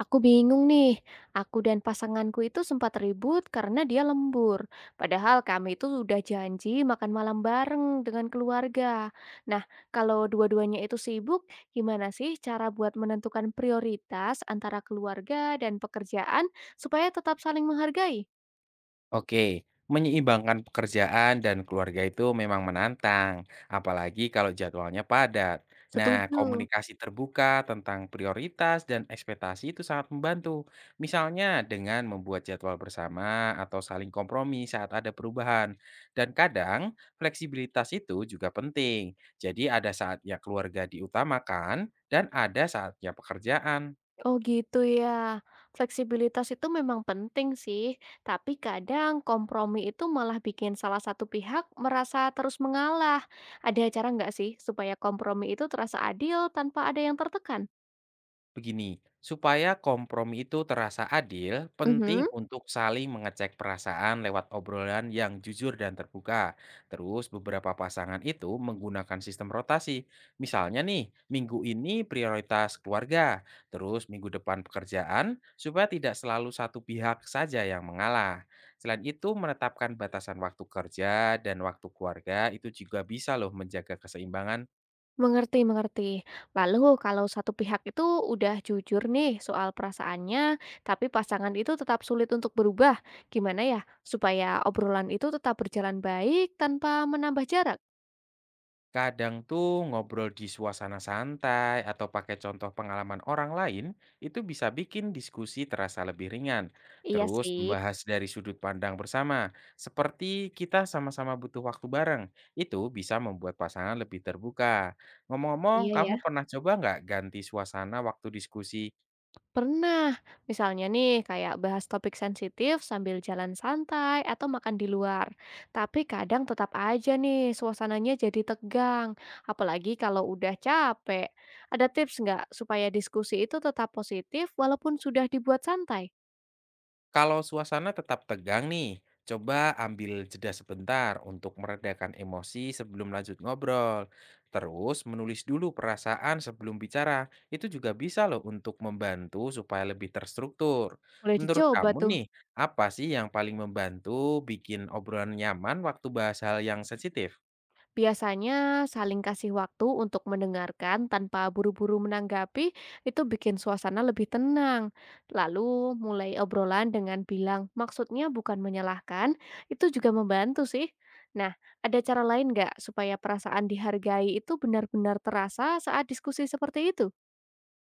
Aku bingung nih, aku dan pasanganku itu sempat ribut karena dia lembur. Padahal kami itu sudah janji makan malam bareng dengan keluarga. Nah, kalau dua-duanya itu sibuk, gimana sih cara buat menentukan prioritas antara keluarga dan pekerjaan supaya tetap saling menghargai? Oke, menyeimbangkan pekerjaan dan keluarga itu memang menantang, apalagi kalau jadwalnya padat. Nah, Setuju. komunikasi terbuka tentang prioritas dan ekspektasi itu sangat membantu. Misalnya dengan membuat jadwal bersama atau saling kompromi saat ada perubahan. Dan kadang fleksibilitas itu juga penting. Jadi ada saatnya keluarga diutamakan dan ada saatnya pekerjaan. Oh gitu ya. Fleksibilitas itu memang penting sih, tapi kadang kompromi itu malah bikin salah satu pihak merasa terus mengalah. Ada cara nggak sih supaya kompromi itu terasa adil tanpa ada yang tertekan? Begini, supaya kompromi itu terasa adil, Mhm, penting untuk saling mengecek perasaan lewat obrolan yang jujur dan terbuka. Terus beberapa pasangan itu menggunakan sistem rotasi. Misalnya nih, minggu ini prioritas keluarga, terus minggu depan pekerjaan, supaya tidak selalu satu pihak saja yang mengalah. Selain itu, menetapkan batasan waktu kerja dan waktu keluarga itu juga bisa loh menjaga keseimbangan. mengerti, mengerti. Lalu kalau satu pihak itu udah jujur nih soal perasaannya, tapi pasangan itu tetap sulit untuk berubah, gimana ya supaya obrolan itu tetap berjalan baik tanpa menambah jarak? Kadang tuh ngobrol di suasana santai atau pakai contoh pengalaman orang lain itu bisa bikin diskusi terasa lebih ringan. Iya Terus sih, membahas dari sudut pandang bersama, seperti kita sama-sama butuh waktu bareng, itu bisa membuat pasangan lebih terbuka. Ngomong-ngomong, iya ya. kamu pernah coba nggak ganti suasana waktu diskusi? Pernah, misalnya nih kayak bahas topik sensitif sambil jalan santai atau makan di luar. Tapi kadang tetap aja nih suasananya jadi tegang, apalagi kalau udah capek. Ada tips nggak supaya diskusi itu tetap positif walaupun sudah dibuat santai? Kalau suasana tetap tegang nih, coba ambil jeda sebentar untuk meredakan emosi sebelum lanjut ngobrol. Terus menulis dulu perasaan sebelum bicara. Itu juga bisa loh untuk membantu supaya lebih terstruktur. Boleh Menurut dicoba kamu tuh. nih, apa sih yang paling membantu bikin obrolan nyaman waktu bahas hal yang sensitif? Biasanya saling kasih waktu untuk mendengarkan tanpa buru-buru menanggapi itu bikin suasana lebih tenang. Lalu mulai obrolan dengan bilang maksudnya bukan menyalahkan, itu juga membantu sih. Nah, ada cara lain nggak supaya perasaan dihargai itu benar-benar terasa saat diskusi seperti itu?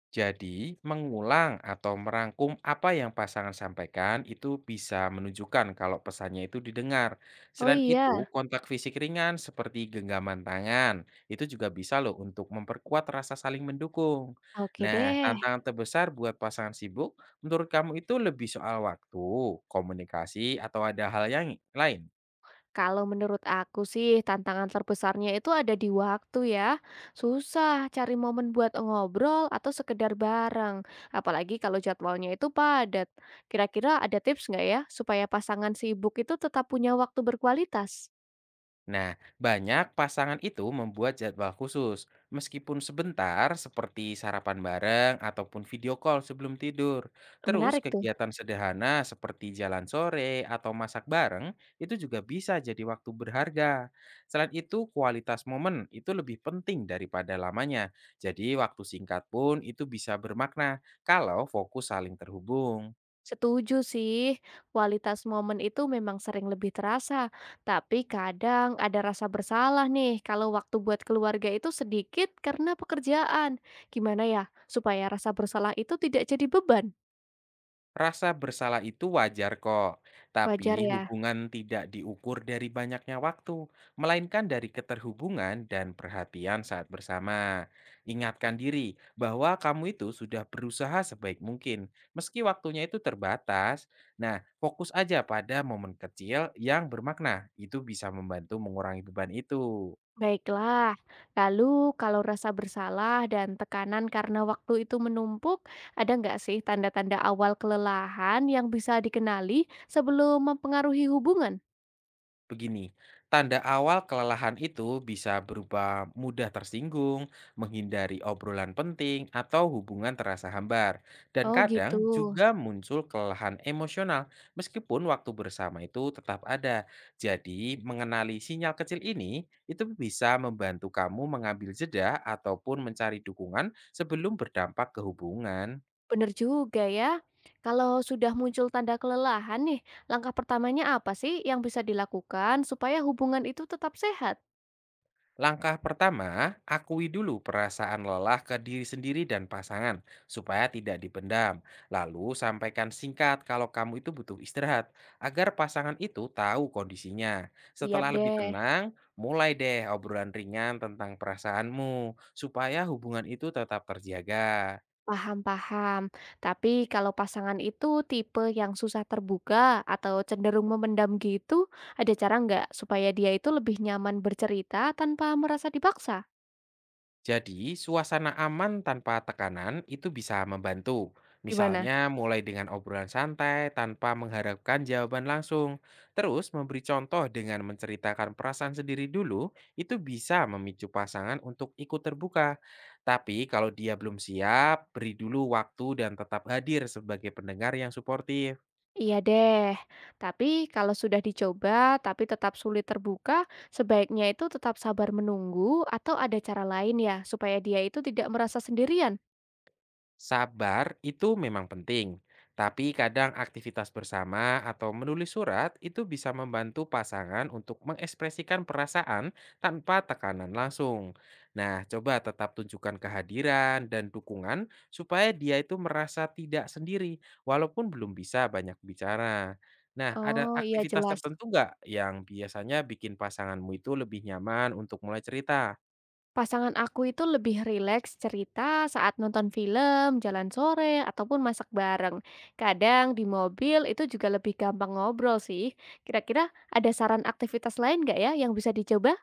Jadi, mengulang atau merangkum apa yang pasangan sampaikan itu bisa menunjukkan kalau pesannya itu didengar. Oh Selain itu, iya, kontak fisik ringan seperti genggaman tangan itu juga bisa loh untuk memperkuat rasa saling mendukung. oke Nah, deh. tantangan terbesar buat pasangan sibuk menurut kamu itu lebih soal waktu, komunikasi, atau ada hal yang lain? Kalau menurut aku sih tantangan terbesarnya itu ada di waktu ya. Susah cari momen buat ngobrol atau sekedar bareng. Apalagi kalau jadwalnya itu padat. Kira-kira ada tips nggak ya supaya pasangan sibuk itu tetap punya waktu berkualitas? Nah, banyak pasangan itu membuat jadwal khusus, meskipun sebentar seperti sarapan bareng ataupun video call sebelum tidur. Terus Menarik tuh. kegiatan sederhana seperti jalan sore atau masak bareng itu juga bisa jadi waktu berharga. Selain itu, kualitas momen itu lebih penting daripada lamanya. Jadi waktu singkat pun itu bisa bermakna kalau fokus saling terhubung. Setuju sih, kualitas momen itu memang sering lebih terasa, tapi kadang ada rasa bersalah nih kalau waktu buat keluarga itu sedikit karena pekerjaan. Gimana ya, supaya rasa bersalah itu tidak jadi beban? Rasa bersalah itu wajar kok, Wajar tapi ya? hubungan tidak diukur dari banyaknya waktu, melainkan dari keterhubungan dan perhatian saat bersama. Ingatkan diri bahwa kamu itu sudah berusaha sebaik mungkin, meski waktunya itu terbatas. Nah, fokus aja pada momen kecil yang bermakna, itu bisa membantu mengurangi beban itu. Baiklah, lalu kalau rasa bersalah dan tekanan karena waktu itu menumpuk, ada nggak sih tanda-tanda awal kelelahan yang bisa dikenali sebelum mempengaruhi hubungan? Begini, tanda awal kelelahan itu bisa berupa mudah tersinggung, menghindari obrolan penting, atau hubungan terasa hambar. Dan Oh gitu. kadang juga muncul kelelahan emosional, meskipun waktu bersama itu tetap ada. Jadi, mengenali sinyal kecil ini, itu bisa membantu kamu mengambil jeda ataupun mencari dukungan sebelum berdampak ke hubungan. Bener juga ya. Kalau sudah muncul tanda kelelahan nih, langkah pertamanya apa sih yang bisa dilakukan supaya hubungan itu tetap sehat? Langkah pertama, akui dulu perasaan lelah ke diri sendiri dan pasangan supaya tidak dipendam. Lalu sampaikan singkat kalau kamu itu butuh istirahat agar pasangan itu tahu kondisinya. Siap Setelah lebih deh, tenang, mulai deh obrolan ringan tentang perasaanmu supaya hubungan itu tetap terjaga. paham-paham. Tapi kalau pasangan itu tipe yang susah terbuka atau cenderung memendam gitu, ada cara nggak supaya dia itu lebih nyaman bercerita tanpa merasa dipaksa? Jadi, suasana aman tanpa tekanan itu bisa membantu. Gimana? Misalnya, mulai dengan obrolan santai tanpa mengharapkan jawaban langsung. Terus, memberi contoh dengan menceritakan perasaan sendiri dulu, itu bisa memicu pasangan untuk ikut terbuka. Tapi, kalau dia belum siap, beri dulu waktu dan tetap hadir sebagai pendengar yang suportif. Iya deh, tapi kalau sudah dicoba tapi tetap sulit terbuka, sebaiknya itu tetap sabar menunggu atau ada cara lain ya supaya dia itu tidak merasa sendirian? Sabar itu memang penting, tapi kadang aktivitas bersama atau menulis surat itu bisa membantu pasangan untuk mengekspresikan perasaan tanpa tekanan langsung. Nah, coba tetap tunjukkan kehadiran dan dukungan supaya dia itu merasa tidak sendiri, walaupun belum bisa banyak bicara. Nah, ada Oh iya aktivitas jelas. tertentu nggak yang biasanya bikin pasanganmu itu lebih nyaman untuk mulai cerita? Pasangan aku itu lebih rileks cerita saat nonton film, jalan sore, ataupun masak bareng. Kadang di mobil itu juga lebih gampang ngobrol sih. Kira-kira ada saran aktivitas lain nggak ya yang bisa dicoba?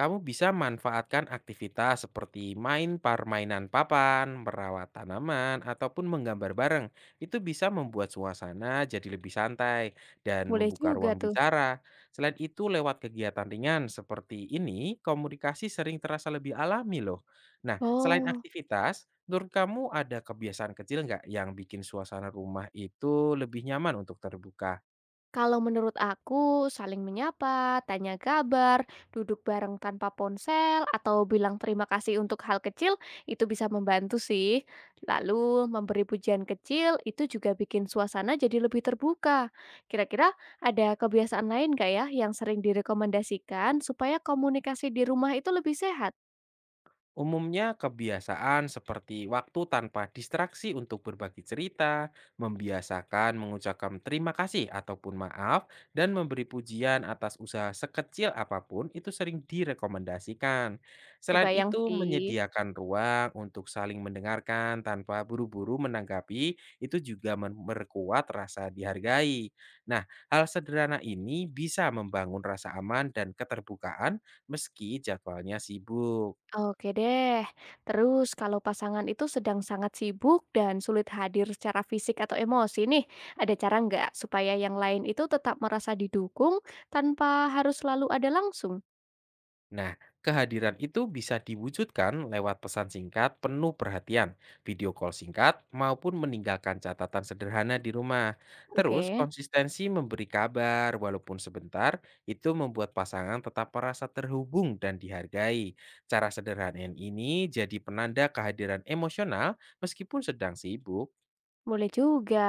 Kamu bisa manfaatkan aktivitas seperti main permainan papan, merawat tanaman, ataupun menggambar bareng. Itu bisa membuat suasana jadi lebih santai dan Boleh membuka juga ruang tuh. bicara. Selain itu, lewat kegiatan ringan seperti ini, komunikasi sering terasa lebih alami loh. Nah, selain Oh. aktivitas, menurut kamu ada kebiasaan kecil nggak yang bikin suasana rumah itu lebih nyaman untuk terbuka? Kalau menurut aku, saling menyapa, tanya kabar, duduk bareng tanpa ponsel, atau bilang terima kasih untuk hal kecil, itu bisa membantu sih. Lalu, memberi pujian kecil itu juga bikin suasana jadi lebih terbuka. Kira-kira ada kebiasaan lain nggak ya yang sering direkomendasikan supaya komunikasi di rumah itu lebih sehat? Umumnya kebiasaan seperti waktu tanpa distraksi untuk berbagi cerita, membiasakan mengucapkan terima kasih ataupun maaf, dan memberi pujian atas usaha sekecil apapun itu sering direkomendasikan. Selain Kebayang itu, sih. menyediakan ruang untuk saling mendengarkan tanpa buru-buru menanggapi itu juga memperkuat rasa dihargai. Nah, hal sederhana ini bisa membangun rasa aman dan keterbukaan meski jadwalnya sibuk. Oke deh. Terus kalau pasangan itu sedang sangat sibuk dan sulit hadir secara fisik atau emosi nih, ada cara nggak supaya yang lain itu tetap merasa didukung tanpa harus selalu ada langsung? Nah, kehadiran itu bisa diwujudkan lewat pesan singkat penuh perhatian, video call singkat, maupun meninggalkan catatan sederhana di rumah. Terus, Oke, konsistensi memberi kabar walaupun sebentar, itu membuat pasangan tetap merasa terhubung dan dihargai. Cara sederhana ini jadi penanda kehadiran emosional meskipun sedang sibuk. boleh juga.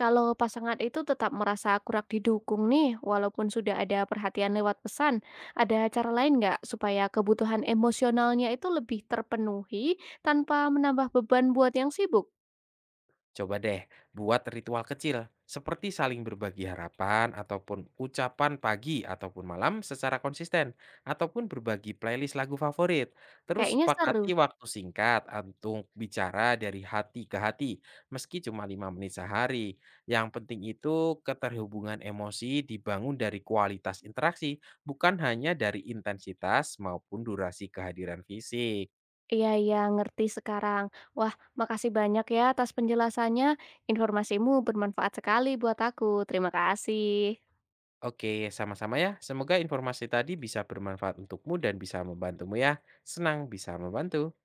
Kalau pasangan itu tetap merasa kurang didukung nih, walaupun sudah ada perhatian lewat pesan, ada cara lain nggak supaya kebutuhan emosionalnya itu lebih terpenuhi tanpa menambah beban buat yang sibuk? Coba deh buat ritual kecil seperti saling berbagi harapan ataupun ucapan pagi ataupun malam secara konsisten ataupun berbagi playlist lagu favorit. Terus Kayaknya seru. sepakati waktu singkat untuk bicara dari hati ke hati meski cuma 5 menit sehari. Yang penting itu keterhubungan emosi dibangun dari kualitas interaksi bukan hanya dari intensitas maupun durasi kehadiran fisik. Iya iya, ngerti sekarang. Wah, makasih banyak ya atas penjelasannya. Informasimu bermanfaat sekali buat aku. Terima kasih. Oke, sama-sama ya. Semoga informasi tadi bisa bermanfaat untukmu dan bisa membantumu ya. Senang bisa membantu.